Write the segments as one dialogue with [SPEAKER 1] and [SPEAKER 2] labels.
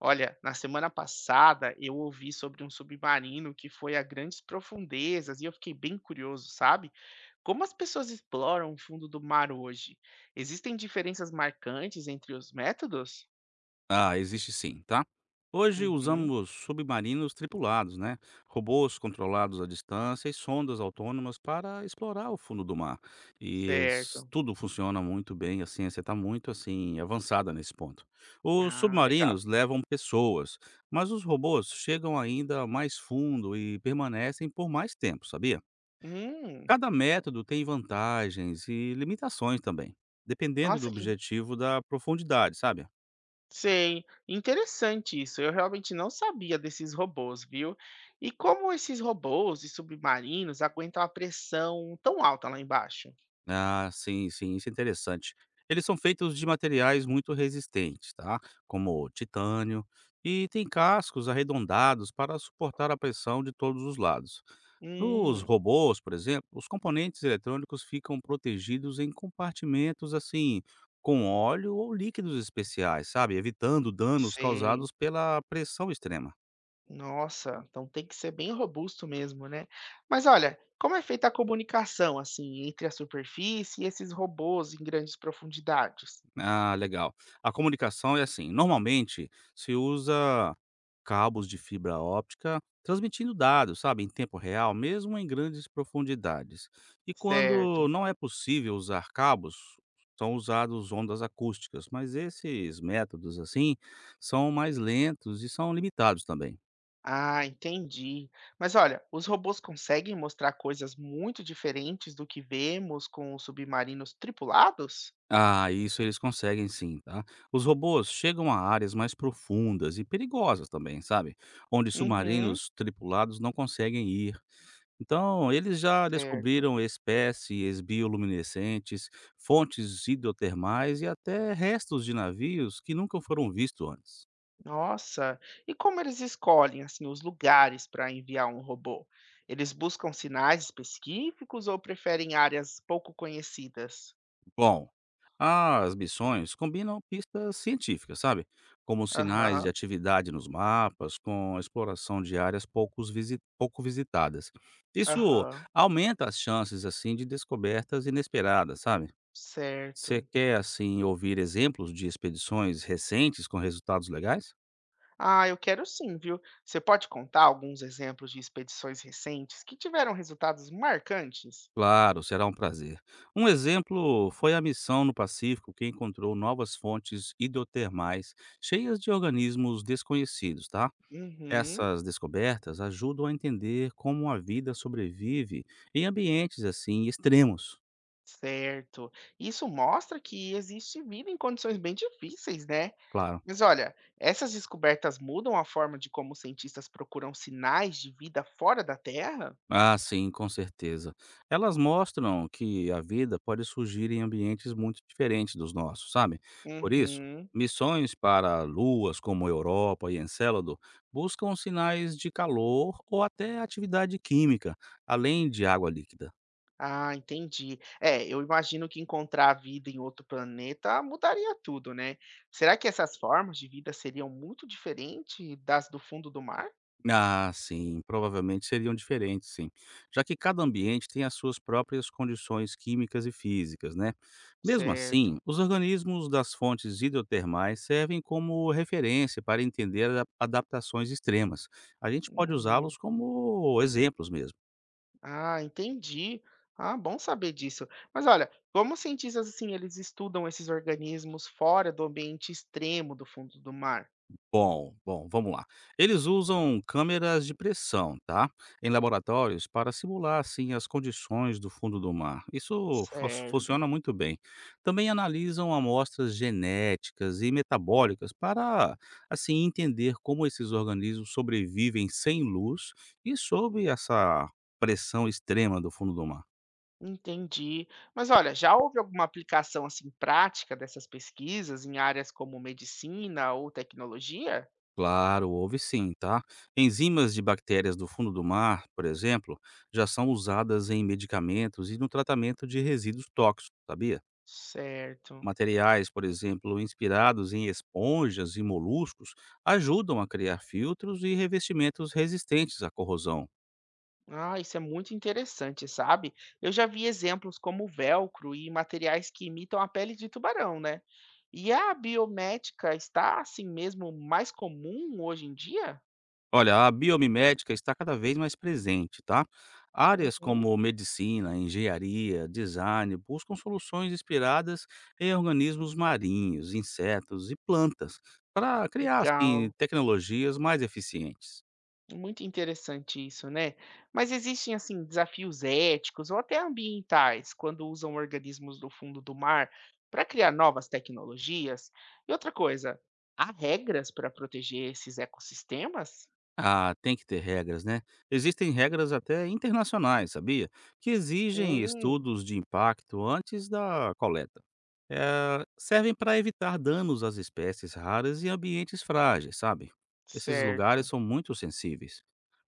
[SPEAKER 1] Olha, na semana passada eu ouvi sobre um submarino que foi a grandes profundezas e eu fiquei bem curioso, sabe? Como as pessoas exploram o fundo do mar hoje? Existem diferenças marcantes entre os métodos?
[SPEAKER 2] Ah, existe sim, tá? Hoje
[SPEAKER 1] Uhum,
[SPEAKER 2] usamos submarinos tripulados, né? Robôs controlados à distância e sondas autônomas para explorar o fundo do mar.
[SPEAKER 1] certo.
[SPEAKER 2] Tudo funciona muito bem, a ciência está muito assim avançada nesse ponto. Os
[SPEAKER 1] Ah, legal.
[SPEAKER 2] submarinos levam pessoas, mas os robôs chegam ainda mais fundo e permanecem por mais tempo, sabia?
[SPEAKER 1] Hum,
[SPEAKER 2] Cada método tem vantagens e limitações também, dependendo do
[SPEAKER 1] nossa, que
[SPEAKER 2] objetivo da profundidade, sabe?
[SPEAKER 1] sei. Interessante isso. Eu realmente não sabia desses robôs, viu? E como esses robôs e submarinos aguentam a pressão tão alta lá embaixo?
[SPEAKER 2] Ah, sim, sim, isso é interessante. Eles são feitos de materiais muito resistentes, tá? Como titânio, e têm cascos arredondados para suportar a pressão de todos os lados. Nos
[SPEAKER 1] Hum,
[SPEAKER 2] robôs, por exemplo, os componentes eletrônicos ficam protegidos em compartimentos assim, com óleo ou líquidos especiais, sabe? Evitando danos
[SPEAKER 1] sei.
[SPEAKER 2] causados pela pressão extrema.
[SPEAKER 1] Nossa, então tem que ser bem robusto mesmo, né? Mas olha, como é feita a comunicação assim entre a superfície e esses robôs em grandes profundidades?
[SPEAKER 2] Ah, legal. A comunicação é assim, normalmente se usa cabos de fibra óptica transmitindo dados, sabe, em tempo real, mesmo em grandes profundidades. E
[SPEAKER 1] Certo.
[SPEAKER 2] quando não é possível usar cabos, são usados ondas acústicas, mas esses métodos assim são mais lentos e são limitados também.
[SPEAKER 1] Ah, entendi. Mas olha, os robôs conseguem mostrar coisas muito diferentes do que vemos com os submarinos tripulados?
[SPEAKER 2] Ah, isso eles conseguem sim, tá? Os robôs chegam a áreas mais profundas e perigosas também, sabe? Onde
[SPEAKER 1] Uhum,
[SPEAKER 2] submarinos tripulados não conseguem ir. Então, eles já
[SPEAKER 1] certo.
[SPEAKER 2] descobriram espécies bioluminescentes, fontes hidrotermais e até restos de navios que nunca foram vistos antes.
[SPEAKER 1] Nossa, e como eles escolhem assim os lugares para enviar um robô? Eles buscam sinais específicos ou preferem áreas pouco conhecidas?
[SPEAKER 2] Bom, as missões combinam pistas científicas, sabe? Como sinais de
[SPEAKER 1] Aham,
[SPEAKER 2] atividade nos mapas, com a exploração de áreas pouco visitadas. Isso
[SPEAKER 1] aham,
[SPEAKER 2] aumenta as chances, assim, de descobertas inesperadas, sabe? Você
[SPEAKER 1] certo.
[SPEAKER 2] quer, assim, ouvir exemplos de expedições recentes com resultados legais?
[SPEAKER 1] Ah, eu quero sim, viu? Você pode contar alguns exemplos de expedições recentes que tiveram resultados marcantes?
[SPEAKER 2] Claro, será um prazer. Um exemplo foi a missão no Pacífico que encontrou novas fontes hidrotermais cheias de organismos desconhecidos, tá?
[SPEAKER 1] Uhum,
[SPEAKER 2] Essas descobertas ajudam a entender como a vida sobrevive em ambientes assim extremos,
[SPEAKER 1] certo. Isso mostra que existe vida em condições bem difíceis, né?
[SPEAKER 2] claro.
[SPEAKER 1] Mas olha, essas descobertas mudam a forma de como os cientistas procuram sinais de vida fora da Terra?
[SPEAKER 2] Ah, sim, com certeza. Elas mostram que a vida pode surgir em ambientes muito diferentes dos nossos, sabe? Por isso,
[SPEAKER 1] Uhum.
[SPEAKER 2] missões para luas como Europa e Encélado buscam sinais de calor ou até atividade química, além de água líquida.
[SPEAKER 1] Ah, entendi. É, eu imagino que encontrar vida em outro planeta mudaria tudo, né? Será que essas formas de vida seriam muito diferentes das do fundo do mar?
[SPEAKER 2] Ah, sim, provavelmente seriam diferentes, sim, já que cada ambiente tem as suas próprias condições químicas e físicas, né? Mesmo assim,
[SPEAKER 1] Certo.
[SPEAKER 2] os organismos das fontes hidrotermais servem como referência para entender adaptações extremas. A gente pode
[SPEAKER 1] Uhum.
[SPEAKER 2] usá-los como exemplos mesmo.
[SPEAKER 1] Ah, entendi. Ah, bom saber disso. Mas olha, como os cientistas assim, eles estudam esses organismos fora do ambiente extremo do fundo do mar?
[SPEAKER 2] Bom, vamos lá. Eles usam câmeras de pressão, tá? Em laboratórios para simular assim as condições do fundo do mar. Isso
[SPEAKER 1] Certo.
[SPEAKER 2] funciona muito bem. Também analisam amostras genéticas e metabólicas para assim entender como esses organismos sobrevivem sem luz e sob essa pressão extrema do fundo do mar.
[SPEAKER 1] Entendi. Mas olha, já houve alguma aplicação assim prática dessas pesquisas em áreas como medicina ou tecnologia?
[SPEAKER 2] Claro, houve sim, tá? Enzimas de bactérias do fundo do mar, por exemplo, já são usadas em medicamentos e no tratamento de resíduos tóxicos, sabia?
[SPEAKER 1] Certo.
[SPEAKER 2] Materiais, por exemplo, inspirados em esponjas e moluscos, ajudam a criar filtros e revestimentos resistentes à corrosão.
[SPEAKER 1] Ah, isso é muito interessante, sabe? Eu já vi exemplos como velcro e materiais que imitam a pele de tubarão, né? E a biomédica está assim mesmo mais comum hoje em dia?
[SPEAKER 2] Olha, a biomimética está cada vez mais presente, tá? Áreas
[SPEAKER 1] Uhum,
[SPEAKER 2] como medicina, engenharia, design buscam soluções inspiradas em organismos marinhos, insetos e plantas para criar assim
[SPEAKER 1] legal.
[SPEAKER 2] tecnologias mais eficientes.
[SPEAKER 1] Muito interessante isso, né? Mas existem assim desafios éticos ou até ambientais quando usam organismos do fundo do mar para criar novas tecnologias? E outra coisa, há regras para proteger esses ecossistemas?
[SPEAKER 2] Ah, tem que ter regras, né? Existem regras até internacionais, sabia? Que exigem
[SPEAKER 1] Hum,
[SPEAKER 2] estudos de impacto antes da coleta. Servem para evitar danos às espécies raras e ambientes frágeis, sabe? Esses lugares
[SPEAKER 1] certo.
[SPEAKER 2] são muito sensíveis.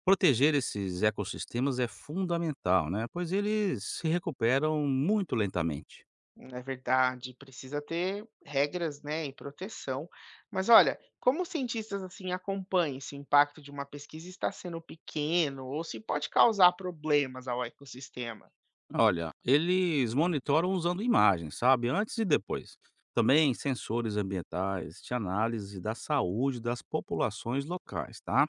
[SPEAKER 2] Proteger esses ecossistemas é fundamental, né? Pois eles se recuperam muito lentamente.
[SPEAKER 1] É verdade, precisa ter regras, né, e proteção. Mas olha, como os cientistas assim acompanham se o impacto de uma pesquisa está sendo pequeno ou se pode causar problemas ao ecossistema?
[SPEAKER 2] Olha, eles monitoram usando imagens, sabe? Antes e depois. Também sensores ambientais de análise da saúde das populações locais, tá?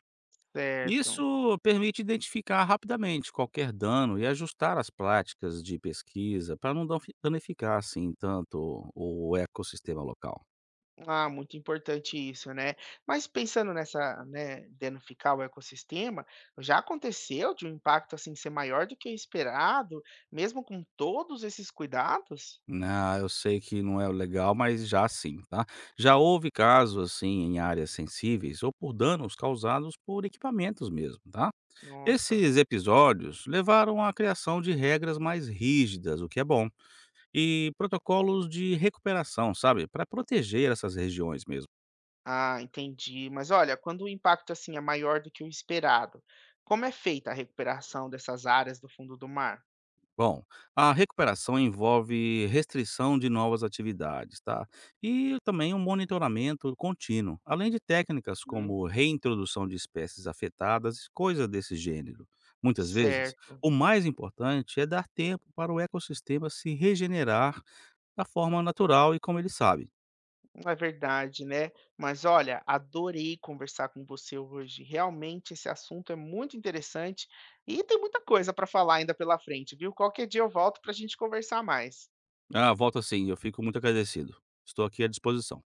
[SPEAKER 1] Certo.
[SPEAKER 2] Isso permite identificar rapidamente qualquer dano e ajustar as práticas de pesquisa para não danificar assim tanto o ecossistema local.
[SPEAKER 1] Ah, muito importante isso, né. Mas pensando nessa, né, danificar o ecossistema, já aconteceu de um impacto, assim, ser maior do que o esperado, mesmo com todos esses cuidados?
[SPEAKER 2] Né. Ah, eu sei que não é o legal, mas já sim, tá? Já houve casos assim em áreas sensíveis ou por danos causados por equipamentos mesmo, tá?
[SPEAKER 1] Nossa.
[SPEAKER 2] Esses episódios levaram à criação de regras mais rígidas, o que é bom, e protocolos de recuperação, sabe, para proteger essas regiões mesmo.
[SPEAKER 1] Ah, entendi. Mas olha, quando o impacto, assim, é maior do que o esperado, como é feita a recuperação dessas áreas do fundo do mar?
[SPEAKER 2] Bom, a recuperação envolve restrição de novas atividades, tá? E também um monitoramento contínuo, além de técnicas
[SPEAKER 1] Hum.
[SPEAKER 2] como reintrodução de espécies afetadas e coisas desse gênero. Muitas vezes,
[SPEAKER 1] Certo.
[SPEAKER 2] o mais importante é dar tempo para o ecossistema se regenerar da forma natural e como ele sabe.
[SPEAKER 1] É verdade, né. Mas olha, adorei conversar com você hoje. Realmente esse assunto é muito interessante e tem muita coisa para falar ainda pela frente, viu. Qualquer dia eu volto para a gente conversar mais.
[SPEAKER 2] Ah, volta sim, eu fico muito agradecido. Estou aqui à disposição.